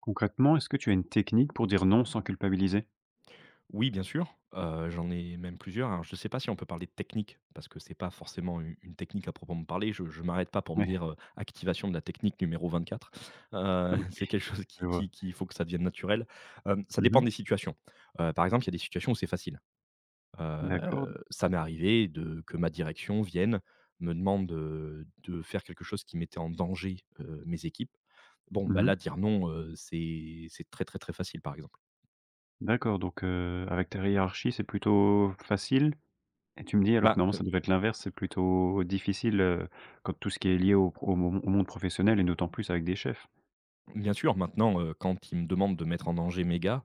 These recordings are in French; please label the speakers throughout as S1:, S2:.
S1: Concrètement, est-ce que tu as une technique pour dire non sans culpabiliser?
S2: Oui, bien sûr, j'en ai même plusieurs. Alors je ne sais pas si on peut parler de technique, parce que c'est pas forcément u une technique à proprement parler. Je ne m'arrête pas pour me
S1: Ouais.
S2: dire, «Activation de la technique numéro 24».
S1: OK,
S2: C'est quelque chose
S1: je
S2: qui qui
S1: vois.
S2: qui il faut que ça devienne naturel. Ça dépend
S1: Mmh.
S2: des situations. Par exemple, il y a des situations où c'est facile.
S1: D'accord.
S2: Ça m'est arrivé de que ma direction vienne, me demande, de faire quelque chose qui mettait en danger, mes équipes. Bon, bah,
S1: Mmh.
S2: là, dire non, c'est très, très, très facile, par exemple.
S1: D'accord, donc avec ta hiérarchie, c'est plutôt facile et tu me dis alors que
S2: Bah,
S1: normalement ça devrait être l'inverse, c'est plutôt difficile, quand tout ce qui est lié au pro au mon au monde professionnel et d'autant plus avec des chefs?
S2: bien sûr, maintenant, quand ils me demandent de mettre en danger mes gars.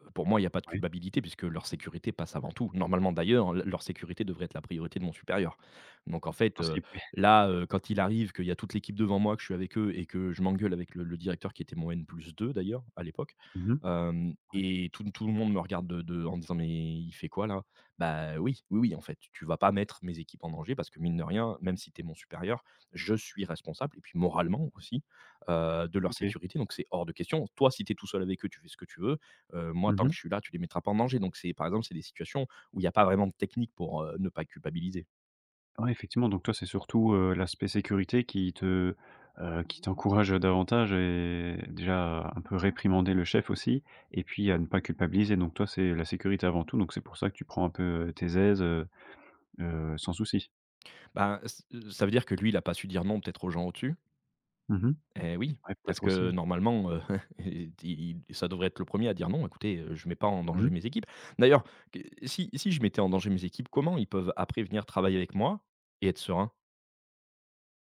S2: Pour moi, il n'y a pas de
S1: Oui,
S2: culpabilité puisque leur sécurité passe avant tout. Normalement d'ailleurs, l leur sécurité devrait être la priorité de mon supérieur. Donc en
S1: en
S2: fait,
S1: principe, oui.
S2: là, quand il arrive qu'il y a toute l'équipe devant moi, que je suis avec eux et que je m'engueule avec le directeur qui était mon N+2 d'ailleurs, à l'époque,
S1: Mmh.
S2: hem
S1: Ouais,
S2: et tout le monde me regarde de en disant: «Mais il fait quoi là?» Bah oui, oui, oui, en fait, tu vas pas mettre mes équipes en danger parce que mine de rien, même si tu es mon supérieur, je suis responsable et puis moralement aussi, de leur
S1: OK.
S2: sécurité donc c'est hors de question. Toi, si tu es tout seul avec eux, tu fais ce que tu veux. Moi tant que
S1: Mmh.
S2: je suis là, tu les mettras pas en danger. Donc c'est par exemple, c'est des situations où il n'y a pas vraiment de technique pour, ne pas culpabiliser.
S1: Ouais, effectivement, donc toi, c'est surtout, l'aspect sécurité qui te, qui t'encourage davantage et déjà un peu réprimander le chef aussi et puis à ne pas culpabiliser. Donc toi, c'est la sécurité avant tout, donc c'est pour ça que tu prends un peu tes aises, sans souci?
S2: Ben, s ça veut dire que lui, il a pas su dire non peut-être aux gens au-dessus?
S1: Mmh mh.
S2: Eh oui,
S1: Ouais,
S2: parce
S1: peut-être aussi,
S2: que
S1: hein.
S2: normalement, i il ça devrait être le premier à dire: «Non, écoutez, je mets pas en danger
S1: Mmh.
S2: mes équipes». D'ailleurs, que si je mettais en danger mes équipes, comment ils peuvent après venir travailler avec moi et être sereins?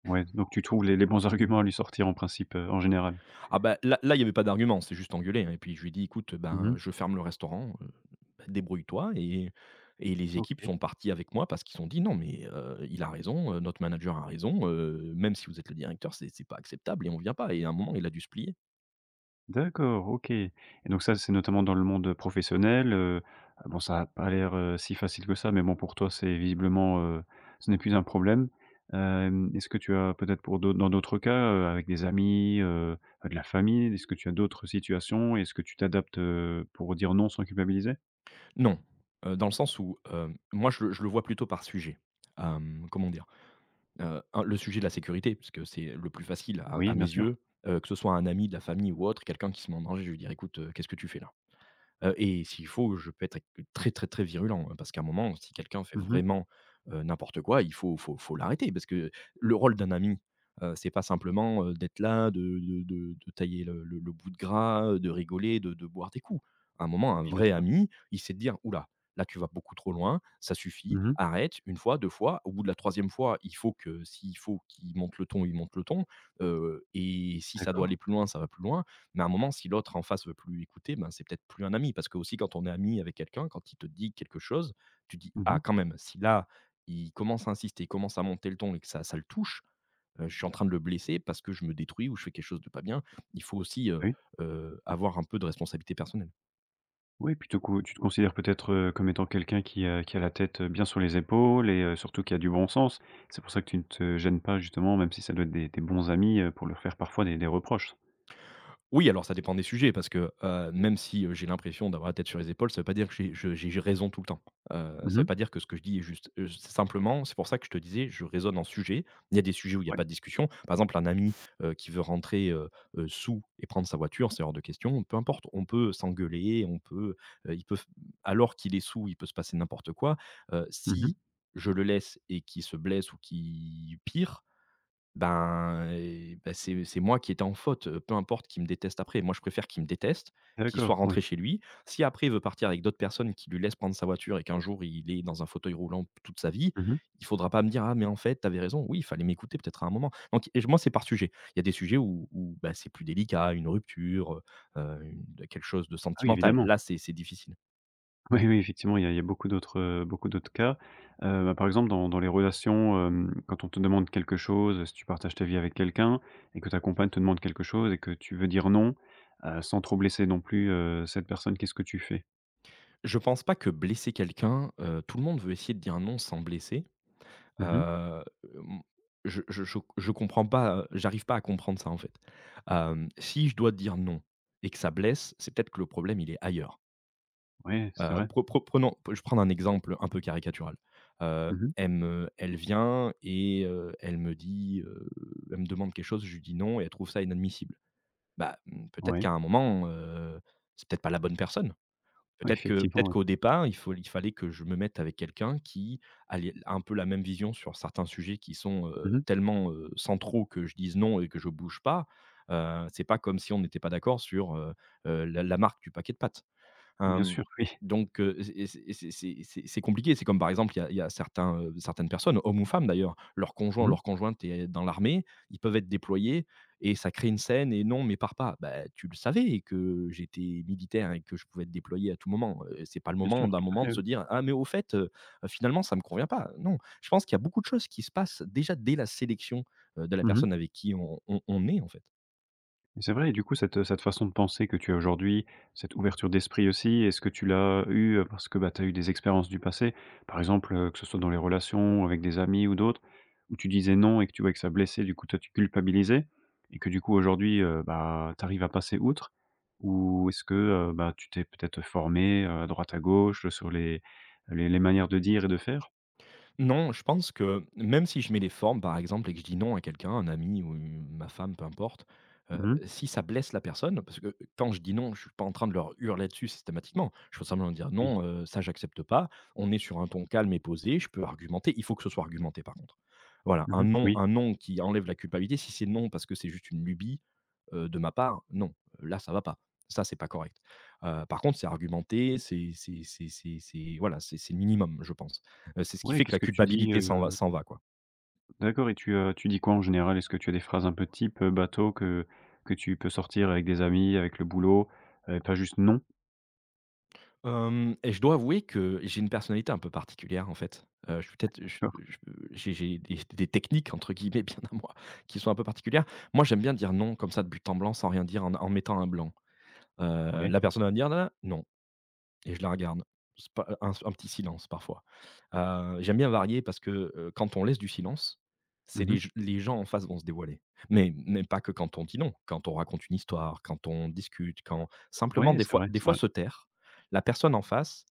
S1: Ouais, donc tu trouves les bons arguments à lui sortir en principe, en général?
S2: Ah bah, là, il y avait pas d'argument, c'est juste engueulé, hein et puis je lui ai dit: «Écoute,
S1: Mmh
S2: ben,
S1: mh.
S2: je ferme le restaurant, bah, débrouille-toi» et les équipes
S1: OK.
S2: sont parties avec moi parce qu'ils ont dit: «Non mais il a raison, notre manager a raison, même si vous êtes le directeur, c'est pas acceptable et on vient pas» et à un moment, il a dû se plier.
S1: D'accord, OK, et donc ça, c'est notamment dans le monde professionnel. Bon, ça a pas l'air, si facile que ça, mais bon, pour toi, c'est visiblement, ce n'est plus un problème. Est-ce que tu as peut-être pour d'au dans d'autres cas, avec des amis, de la famille, est-ce que tu as d'autres situations? Est-ce que tu t'adaptes, pour dire non sans culpabiliser?
S2: Non, dans le sens où, moi je le vois plutôt par sujet. Comment dire? Un Le sujet de la sécurité, parce que c'est le plus facile à
S1: Oui,
S2: mes
S1: bien sûr.
S2: yeux, que ce soit un ami, de la famille ou autre, quelqu'un qui se met en danger, je lui dire: «Écoute, qu'est-ce que tu fais là?» Et s'il faut, je peux être très, très, très virulent, hein, parce qu'à un moment, si quelqu'un fait
S1: Mmh.
S2: vraiment, n'importe quoi, il faut l'arrêter parce que le rôle d'un ami, c'est pas simplement, d'être là, de tailler le bout de gras, de rigoler, de boire des coups. À un moment, un
S1: Oui, bien
S2: vrai
S1: sûr.
S2: ami, il sait te dire: oula, là, tu vas beaucoup trop loin, ça suffit,
S1: Mmh.
S2: arrête. Une fois, 2 fois». Au bout de la troisième fois, il faut que s'il faut qu'il monte le ton, il monte le ton, et si ça doit
S1: D'accord.
S2: aller plus loin, ça va plus loin mais à un moment, si l'autre en face veut plus écouter, ben, c'est peut-être plus un ami. Parce que aussi quand on est ami avec quelqu'un, quand il te dit quelque chose, tu dis: «Ah
S1: Mmh.
S2: quand même, si là, il commence à insister, il commence à monter le ton et que ça le touche, je suis en train de le blesser parce que je me détruis ou je fais quelque chose de pas bien». Il faut aussi,
S1: Oui.
S2: avoir un peu de responsabilité personnelle.
S1: Oui, plutôt que tu te considères peut-être, comme étant quelqu'un qui a la tête, bien sur les épaules et surtout qui a du bon sens. C'est pour ça que tu ne te gênes pas justement, même si ça doit être des bons amis, pour leur faire parfois des reproches.
S2: Oui, alors ça dépend des sujets parce que, même si, j'ai l'impression d'avoir la tête sur les épaules, ça ne veut pas dire que j'ai je j'ai raison tout le temps. Ça ne veut
S1: Mmh.
S2: pas dire que ce que je dis est juste. C'est pour ça que je te disais, je raisonne en sujet. Il y a des sujets où il n'y a
S1: Ouais.
S2: pas de discussion. Par exemple, un ami, qui veut rentrer, saoul et prendre sa voiture, c'est hors de question. Peu importe, on peut s'engueuler, on peut, il peut f alors qu'il est sous, il peut se passer n'importe quoi.
S1: Mmh.
S2: Si je le laisse et qu'il se blesse ou qu'il pire, et bah, c'est moi qui étais en faute, peu importe qu'il me déteste après. Moi, je préfère qu'il me déteste, qu'il soit
S1: D'accord, oui.
S2: rentré chez lui. Si après il veut partir avec d'autres personnes qui lui laissent prendre sa voiture et qu'un jour il est dans un fauteuil roulant toute sa vie,
S1: Mmh.
S2: il faudra pas me dire: «Ah mais en fait, t'avais raison». Oui, il fallait m'écouter peut-être à un moment. Donc et je Moi, c'est par sujet. Il y a des sujets où bah, c'est plus délicat, une rupture, une quelque chose de
S1: Ah oui,
S2: sentimental.
S1: évidemment.
S2: Là, c'est difficile.
S1: Oui, oui, effectivement, il y a beaucoup d'autres cas. Bah, par exemple, dans dans les relations, quand on te demande quelque chose, si tu partages ta vie avec quelqu'un et que ta compagne te demande quelque chose et que tu veux dire non, sans trop blesser non plus, cette personne, qu'est-ce que tu fais?
S2: Je pense pas que blesser quelqu'un, tout le monde veut essayer de dire non sans blesser.
S1: Oui,
S2: Heu, hem, je comprends pas, j'arrive pas à comprendre ça, en fait. Si je dois dire non et que ça blesse, c'est peut-être que le problème, il est ailleurs.
S1: c'est vrai.
S2: Prenons. Je prends Un exemple un peu caricatural.
S1: Mmh mh.
S2: Elle vient et elle me dit, elle me demande quelque chose, je lui dis non et elle trouve ça inadmissible. Bah, peut-être
S1: Ouais,
S2: qu'à un moment, c'est peut-être pas la bonne personne.
S1: ouais, effectivement,
S2: Peut-être
S1: ouais.
S2: qu'au départ, il fallait que je me mette avec quelqu'un qui a un peu la même vision sur certains sujets qui sont,
S1: Mmh mh.
S2: tellement, centraux que je dise non et que je bouge pas. C'est pas comme si on n'était pas d'accord sur, la marque du paquet de pâtes.
S1: Bien sûr,
S2: Hem,
S1: oui.
S2: donc et c'est compliqué. C'est comme par exemple, il y a certains, certaines personnes, hommes ou femmes d'ailleurs, leur conjoint,
S1: Mmh mh.
S2: leur conjointe est dans l'armée, ils peuvent être déployés et ça crée une scène et: «Non mais pars pas». Bah, tu le savais que j'étais militaire et que je pouvais être déployé à tout moment, c'est pas le
S1: Bien sûr,
S2: moment d'un
S1: tout à
S2: moment de
S1: fait, oui.
S2: se dire: «Ah mais au fait, finalement ça me convient pas». Non, je pense qu'il y a beaucoup de choses qui se passent déjà dès la sélection, de la
S1: Mmh mh.
S2: personne avec qui on est en fait.
S1: Et c'est vrai, et du coup cette, cette façon de penser que tu as aujourd'hui, cette ouverture d'esprit aussi, est-ce que tu l'as eue, parce que, bah, tu as eu des expériences du passé? Par exemple, que ce soit dans les relations avec des amis ou d'autres, où tu disais non et que tu voyais que ça blessait, du coup toi tu culpabilisais et que du coup aujourd'hui, bah, tu arrives à passer outre? Ou est-ce que, bah, tu t'es peut-être formée, à droite à gauche, sur les manières de dire et de faire?
S2: Non, je pense que même si je mets les formes, par exemple, et que je dis non à quelqu'un, un ami ou u ma femme, peu importe,
S1: Mmh mh.
S2: si ça blesse la personne, parce que quand je dis non, je suis pas en train de leur hurler dessus systématiquement. Je peux simplement dire:
S1: Oui.
S2: «Non, ça j'accepte pas». On est sur un ton calme et posé, je peux argumenter. Il faut que ce soit argumenté par contre. Voilà,
S1: Mmh mh. Oui.
S2: un non qui enlève la culpabilité. Si c'est non parce que c'est juste une lubie, de ma part, non, là ça va pas. Ça, c'est pas correct. Par contre, c'est argumenté, c'est voilà, c'est le minimum, je pense. C'est ce qui
S1: Ouais,
S2: fait que
S1: qu'est-ce
S2: la
S1: que tu dis,
S2: culpabilité
S1: heu?
S2: s'en va, quoi.
S1: D'accord, et tu, tu dis quoi en général? Est-ce que tu as des phrases un peu type, bateau, que tu peux sortir avec des amis, avec le boulot, pas juste «non»?
S2: Hem et je dois avouer que j'ai une personnalité un peu particulière, en fait. Je suis peut-être
S1: D'accord.
S2: je j'ai des «techniques» entre guillemets bien à moi, qui sont un peu particulières. Moi, j'aime bien dire non comme ça de but en blanc, sans rien dire, en mettant un blanc.
S1: Ouais.
S2: La personne va me dire: «Na non. Et je la regarde. C'est pas un petit silence parfois. J'aime bien varier parce que, quand on laisse du silence, c'est
S1: Mmh mh.
S2: les gens en face vont se dévoiler. Mais pas que quand on dit non, quand on raconte une histoire, quand on discute, quand simplement
S1: Ouais, c'est vrai,
S2: des
S1: c'est
S2: fois
S1: vrai.
S2: se taire, la personne en face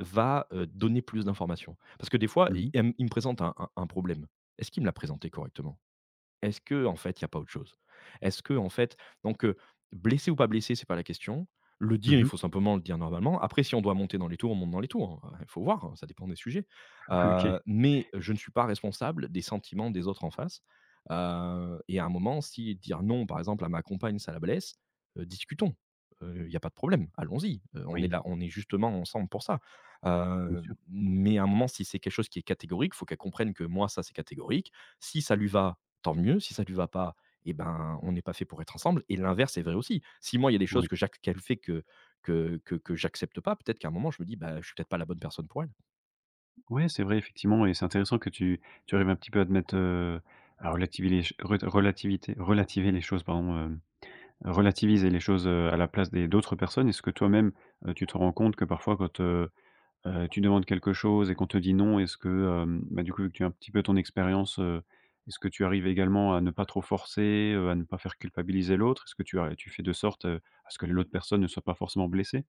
S2: va, donner plus d'informations. Parce que des fois,
S1: Mmh
S2: i
S1: mh.
S2: elle m il me présente un un problème. Est-ce qu'il me l'a présenté correctement? Est-ce que en fait, il y a pas autre chose? Est-ce que en fait donc heu, blessé ou pas blessé, c'est pas la question. Le
S1: Mmh
S2: dire, il
S1: mh.
S2: faut simplement le dire normalement. Après, si on doit monter dans les tours, on monte dans les tours, hein, faut voir, hein, ça dépend des sujets.
S1: OK.
S2: Mais je ne suis pas responsable des sentiments des autres en face. Et à un moment, si dire non, par exemple, à ma compagne, ça la blesse, discutons. Il y a pas de problème, allons-y. On est
S1: Oui,
S2: là, on est justement ensemble pour ça.
S1: bien
S2: Heu,
S1: sûr.
S2: mais à un moment, si c'est quelque chose qui est catégorique, faut qu'elle comprenne que moi, ça, c'est catégorique. Si ça lui va, tant mieux. Si ça lui va pas, et ben, on n'est pas fait pour être ensemble et l'inverse est vrai aussi. Si moi, il y a des
S1: Oui.
S2: choses que j'ac qu'elle fait que j'accepte pas, peut-être qu'à un moment je me dis: «Bah, je suis peut-être pas la bonne personne pour elle».
S1: Ouais, c'est vrai effectivement, et c'est intéressant que tu arrives un petit peu à te mettre, à relativiser les ch rela relativité relativer les choses, pardon. Relativiser les choses, à la place des d'autres personnes. Est-ce que toi-même, tu te rends compte que parfois tu demandes quelque chose et qu'on te dit «non», est-ce que, bah, du coup, vu que tu as un petit peu ton expérience, est-ce que tu arrives également à ne pas trop forcer, à ne pas faire culpabiliser l'autre? Est-ce que tu fais de sorte, à ce que l'autre personne ne soit pas forcément blessée?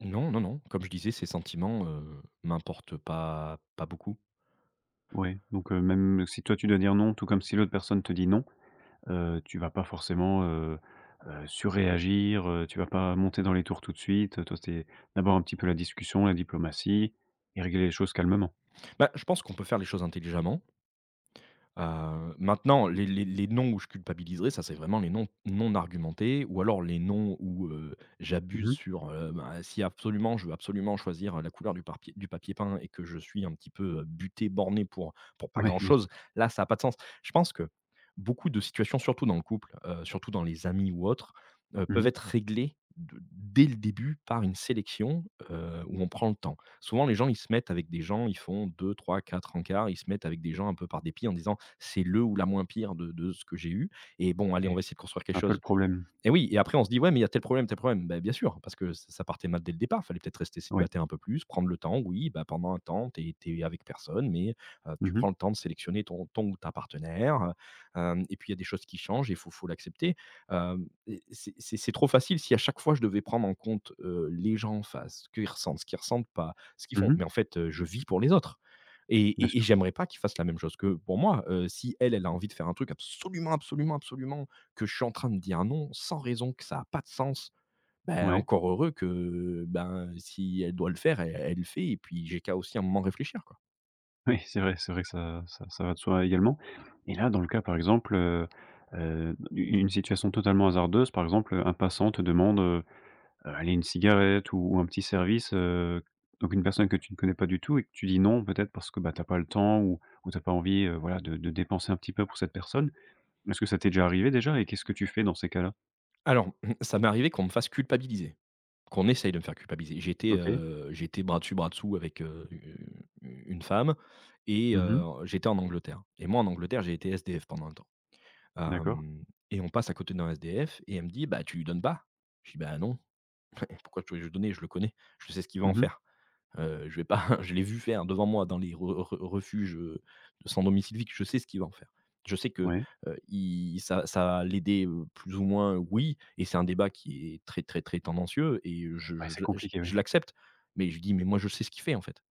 S2: Non, non, non, comme je disais, ces sentiments, m'importent pas beaucoup.
S1: Oui. Donc même si toi tu dois dire «non», tout comme si l'autre personne te dit «non», tu vas pas forcément, surréagir, tu vas pas monter dans les tours tout de suite. Toi, c'est d'abord un petit peu la discussion, la diplomatie et régler les choses calmement.
S2: Bah, je pense qu'on peut faire les choses intelligemment. Maintenant les noms où je culpabiliserai, ça c'est vraiment les noms non argumentés ou alors les noms où, j'abuse
S1: Oui,
S2: sur, bah, si absolument je veux absolument choisir la couleur du papier peint et que je suis un petit peu, buté, borné pour pas grand
S1: bien
S2: chose,
S1: sûr.
S2: là ça a pas de sens. Je pense que beaucoup de situations, surtout dans le couple, surtout dans les amis ou autres,
S1: Mmh
S2: peuvent
S1: mh.
S2: être réglées de dès le début par une sélection, où on prend le temps. Souvent les gens, ils se mettent avec des gens, ils font deux, trois, quatre encarts, ils se mettent avec des gens un peu par dépit en disant: c'est le ou la moins pire de ce que j'ai eu et bon, allez, on va
S1: Ouais,
S2: essayer de construire quelque
S1: c'est un peu le
S2: chose.
S1: problème.
S2: Et oui, et après on se dit, ouais, mais il y a tel problème, tel problème. Bah, bien sûr, parce que ça partait mal dès le départ. Fallait peut-être rester
S1: Oui.
S2: célibataire un peu plus, prendre le temps. Oui, bah, pendant un temps, tu es avec personne, mais tu prends le temps de sélectionner ton ou ta partenaire, heu, et puis il y a des choses qui changent et il faut l'accepter. Et c'est trop facile si à chaque fois je devais prendre en compte, les gens en face, ce qu'ils ressentent pas, ce qu'ils
S1: Mmh
S2: font.
S1: mh.
S2: Mais en fait, je vis pour les autres et
S1: Bien
S2: et et
S1: sûr.
S2: j'aimerais pas qu'ils fassent la même chose que pour moi. Si elle, elle a envie de faire un truc absolument, absolument, absolument que je suis en train de dire non sans raison, que ça a pas de sens, ben
S1: Ouais.
S2: encore heureux que, ben, si elle doit le faire, elle le fait et puis j'ai qu'à aussi un moment réfléchir, quoi.
S1: Oui, c'est vrai, c'est vrai que ça ça ça va de soi également. Et là, dans le cas, par exemple, u une situation totalement hasardeuse, par exemple, un passant te demande, allez, une cigarette ou un petit service, donc une personne que tu ne connais pas du tout et que tu dis non, peut-être parce que, bah, tu as pas le temps ou tu as pas envie, voilà, de dépenser un petit peu pour cette personne. Est-ce que ça t'est déjà arrivé déjà, et qu'est-ce que tu fais dans ces cas-là?
S2: Alors, ça m'est arrivé qu'on me fasse culpabiliser, qu'on essaye de me faire culpabiliser. J'étais,
S1: OK.
S2: heu, j'étais bras dessus, bras dessous avec, une femme et
S1: Mmh mh.
S2: heu, j'étais en Angleterre et moi en Angleterre, j'ai été SDF pendant un temps.
S1: D'accord.
S2: Hem, et on passe à côté d'un SDF et elle me dit: «Bah, tu lui donnes pas?» Je dis: «Bah, non, pourquoi je vais lui donner? Je le connais, je sais ce qu'il va en
S1: Mmh mh.
S2: faire». Je vais pas, je l'ai vu faire devant moi dans les re re refuges, de sans domicile fixe, je sais ce qu'il va en faire. Je sais que,
S1: Ouais.
S2: il ça va l'aider, plus ou moins, oui et c'est un débat qui est très, très, très tendancieux et je
S1: Ouais, c'est
S2: je je
S1: compliqué,
S2: je
S1: ouais.
S2: l'accepte. Mais je dis: «Mais moi, je sais ce qu'il fait, en fait».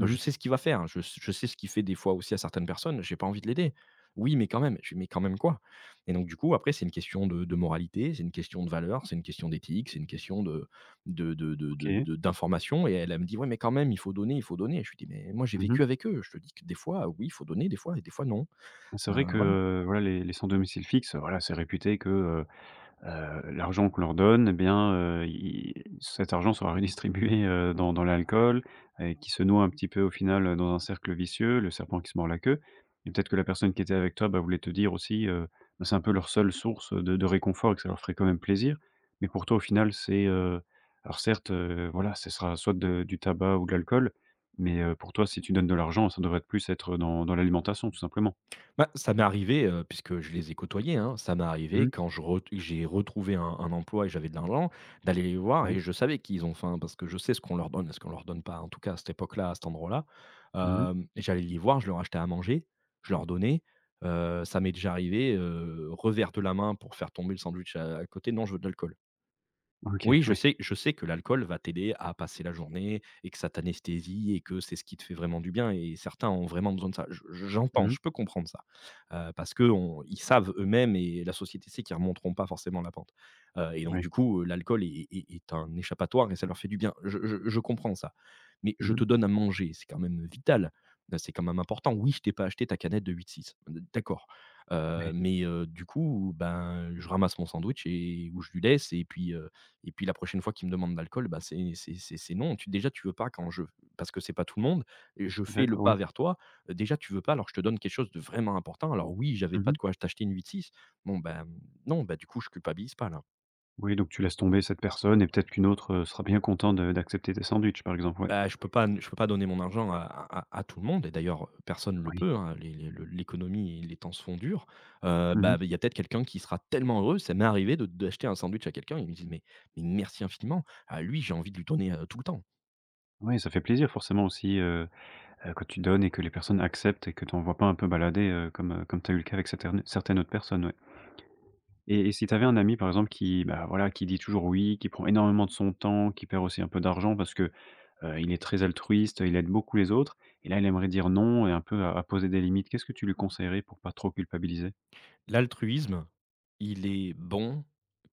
S2: Heu, je
S1: mh.
S2: sais ce qu'il va faire, hein. Je sais ce qu'il fait des fois aussi à certaines personnes, j'ai pas envie de l'aider. «Oui, mais quand même», je fais: «Mais quand même quoi?» Et donc du coup, après, c'est une question de moralité, c'est une question de valeurs, c'est une question d'éthique, c'est une question de
S1: OK.
S2: d'information et elle, elle me dit: «Ouais, mais quand même, il faut donner, il faut donner». Je lui dis: «Mais moi, j'ai
S1: Mmh mh.
S2: vécu avec eux, je te dis que des fois, oui, il faut donner, des fois et des fois non».
S1: C'est
S2: Heu,
S1: vrai que,
S2: voilà.
S1: voilà, les sans domicile fixe, voilà, c'est réputé que, l'argent qu'on leur donne, et bien, i cet argent sera redistribué, dans dans l'alcool, et qui se noie un petit peu au final, dans un cercle vicieux, le serpent qui se mord la queue. Et peut-être que la personne qui était avec toi, bah, voulait te dire aussi, bah, c'est un peu leur seule source de réconfort et que ça leur ferait quand même plaisir. Mais pour toi, au final, c'est, alors certes, voilà, ce sera soit de du tabac ou de l'alcool, mais, pour toi, si tu donnes de l'argent, ça devrait plus être dans dans l'alimentation, tout simplement.
S2: Bah, ça m'est arrivé, puisque je les ai côtoyés, hein, ça m'est arrivé quand je ret j'ai retrouvé un emploi et j'avais de l'argent, d'aller les voir
S1: Oui.
S2: et je savais qu'ils ont faim parce que je sais ce qu'on leur donne et ce qu'on leur donne pas, en tout cas à cette époque-là, à cet endroit-là.
S1: Mmh mh.
S2: Hem, j'allais les voir, je leur achetais à manger, je leur donnais. Ça m'est déjà arrivé, revers de la main pour faire tomber le sandwich à côté: «Non, je veux de l'alcool».
S1: OK,
S2: Oui,
S1: oui.
S2: je sais que l'alcool va t'aider à passer la journée et que ça t'anesthésie et que c'est ce qui te fait vraiment du bien et certains ont vraiment besoin de ça. Je J'entends,
S1: Mmh mh.
S2: je peux comprendre ça, parce qu'on ils savent eux-mêmes et la société sait qu'ils ne remonteront pas forcément la pente, et donc
S1: Oui.
S2: du coup, l'alcool est un échappatoire et ça leur fait du bien. Je comprends ça, mais
S1: Mmh
S2: je
S1: mh.
S2: te donne à manger, c'est quand même vital, c'est quand même important. Oui, je t'ai pas acheté ta canette de 8-6, d'accord,
S1: Oui.
S2: mais du coup, ben, je ramasse mon sandwich et ou je lui laisse et puis la prochaine fois qu'il me demande d'alcool, l'alcool, bah, c'est non. Tu Déjà tu veux pas quand je, parce que c'est pas tout le monde, et je fais le
S1: D'accord,
S2: pas
S1: oui.
S2: vers toi, déjà tu veux pas, alors je te donne quelque chose de vraiment important. Alors oui, j'avais
S1: Mmh
S2: pas
S1: mh.
S2: de quoi t'acheter une 8-6. Bon ben, non, bah, du coup je culpabilise pas là.
S1: Oui, donc tu laisses tomber cette personne et peut-être qu'une autre, sera bien contente de d'accepter tes sandwichs, par exemple, ouais.
S2: Bah, je peux pas donner mon argent à tout le monde et d'ailleurs personne ne le
S1: Oui.
S2: peut, hein, les le l'économie et les temps sont durs. Heu,
S1: Mmh
S2: bah,
S1: mh.
S2: il y a peut-être quelqu'un qui sera tellement heureux, ça m'est arrivé de d'acheter un sandwich à quelqu'un, il me dit: «Mais merci infiniment». À lui, j'ai envie de lui donner, tout le temps.
S1: Oui, ça fait plaisir forcément aussi, quand tu donnes et que les personnes acceptent et que tu envoies pas un peu balader, comme, comme tu as eu le cas avec certaines certaines autres personnes, ouais. Et si tu avais un ami, par exemple, qui, bah, voilà, qui dit toujours oui, qui prend énormément de son temps, qui perd aussi un peu d'argent parce que il est très altruiste, il aide beaucoup les autres, et là, il aimerait dire non et un peu à poser des limites. Qu'est-ce que tu lui conseillerais pour pas trop culpabiliser?
S2: L'altruisme, il est bon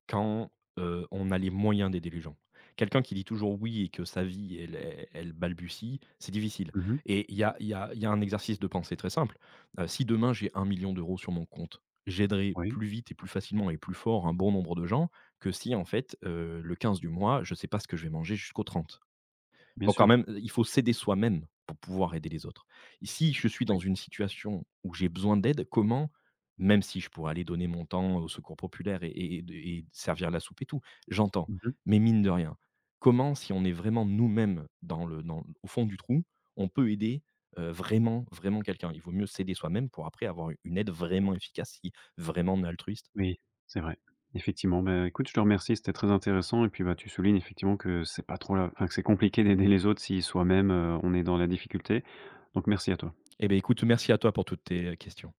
S2: quand, on a les moyens d'aider les gens. Quelqu'un qui dit toujours «oui» et que sa vie, elle balbutie, c'est difficile
S1: Mmh.
S2: et il y a un exercice de pensée très simple. Si demain j'ai 1 million d'euros sur mon compte, j'aiderai
S1: Oui,
S2: plus vite et plus facilement et plus fort un bon nombre de gens que si, en fait, le 15 du mois, je ne sais pas ce que je vais manger jusqu'au 30.
S1: bien
S2: Donc quand
S1: sûr.
S2: même, il faut s'aider soi-même pour pouvoir aider les autres. Si je suis dans
S1: Oui.
S2: une situation où j'ai besoin d'aide, comment, même si je pourrais aller donner mon temps au secours populaire et servir la soupe et tout, j'entends.
S1: Mmh.
S2: Mais mine de rien, comment, si on est vraiment nous-mêmes dans au fond du trou, on peut aider, vraiment, vraiment quelqu'un? Il vaut mieux s'aider soi-même pour après avoir une aide vraiment efficace, si vraiment on est altruiste.
S1: Oui, c'est vrai. Effectivement, bah, écoute, je te remercie, c'était très intéressant, et puis, bah, tu soulignes effectivement que c'est pas trop la, enfin, que c'est compliqué d'aider les autres si soi-même, on est dans la difficulté. Donc merci à toi.
S2: Eh bien, écoute, merci à toi pour toutes tes questions.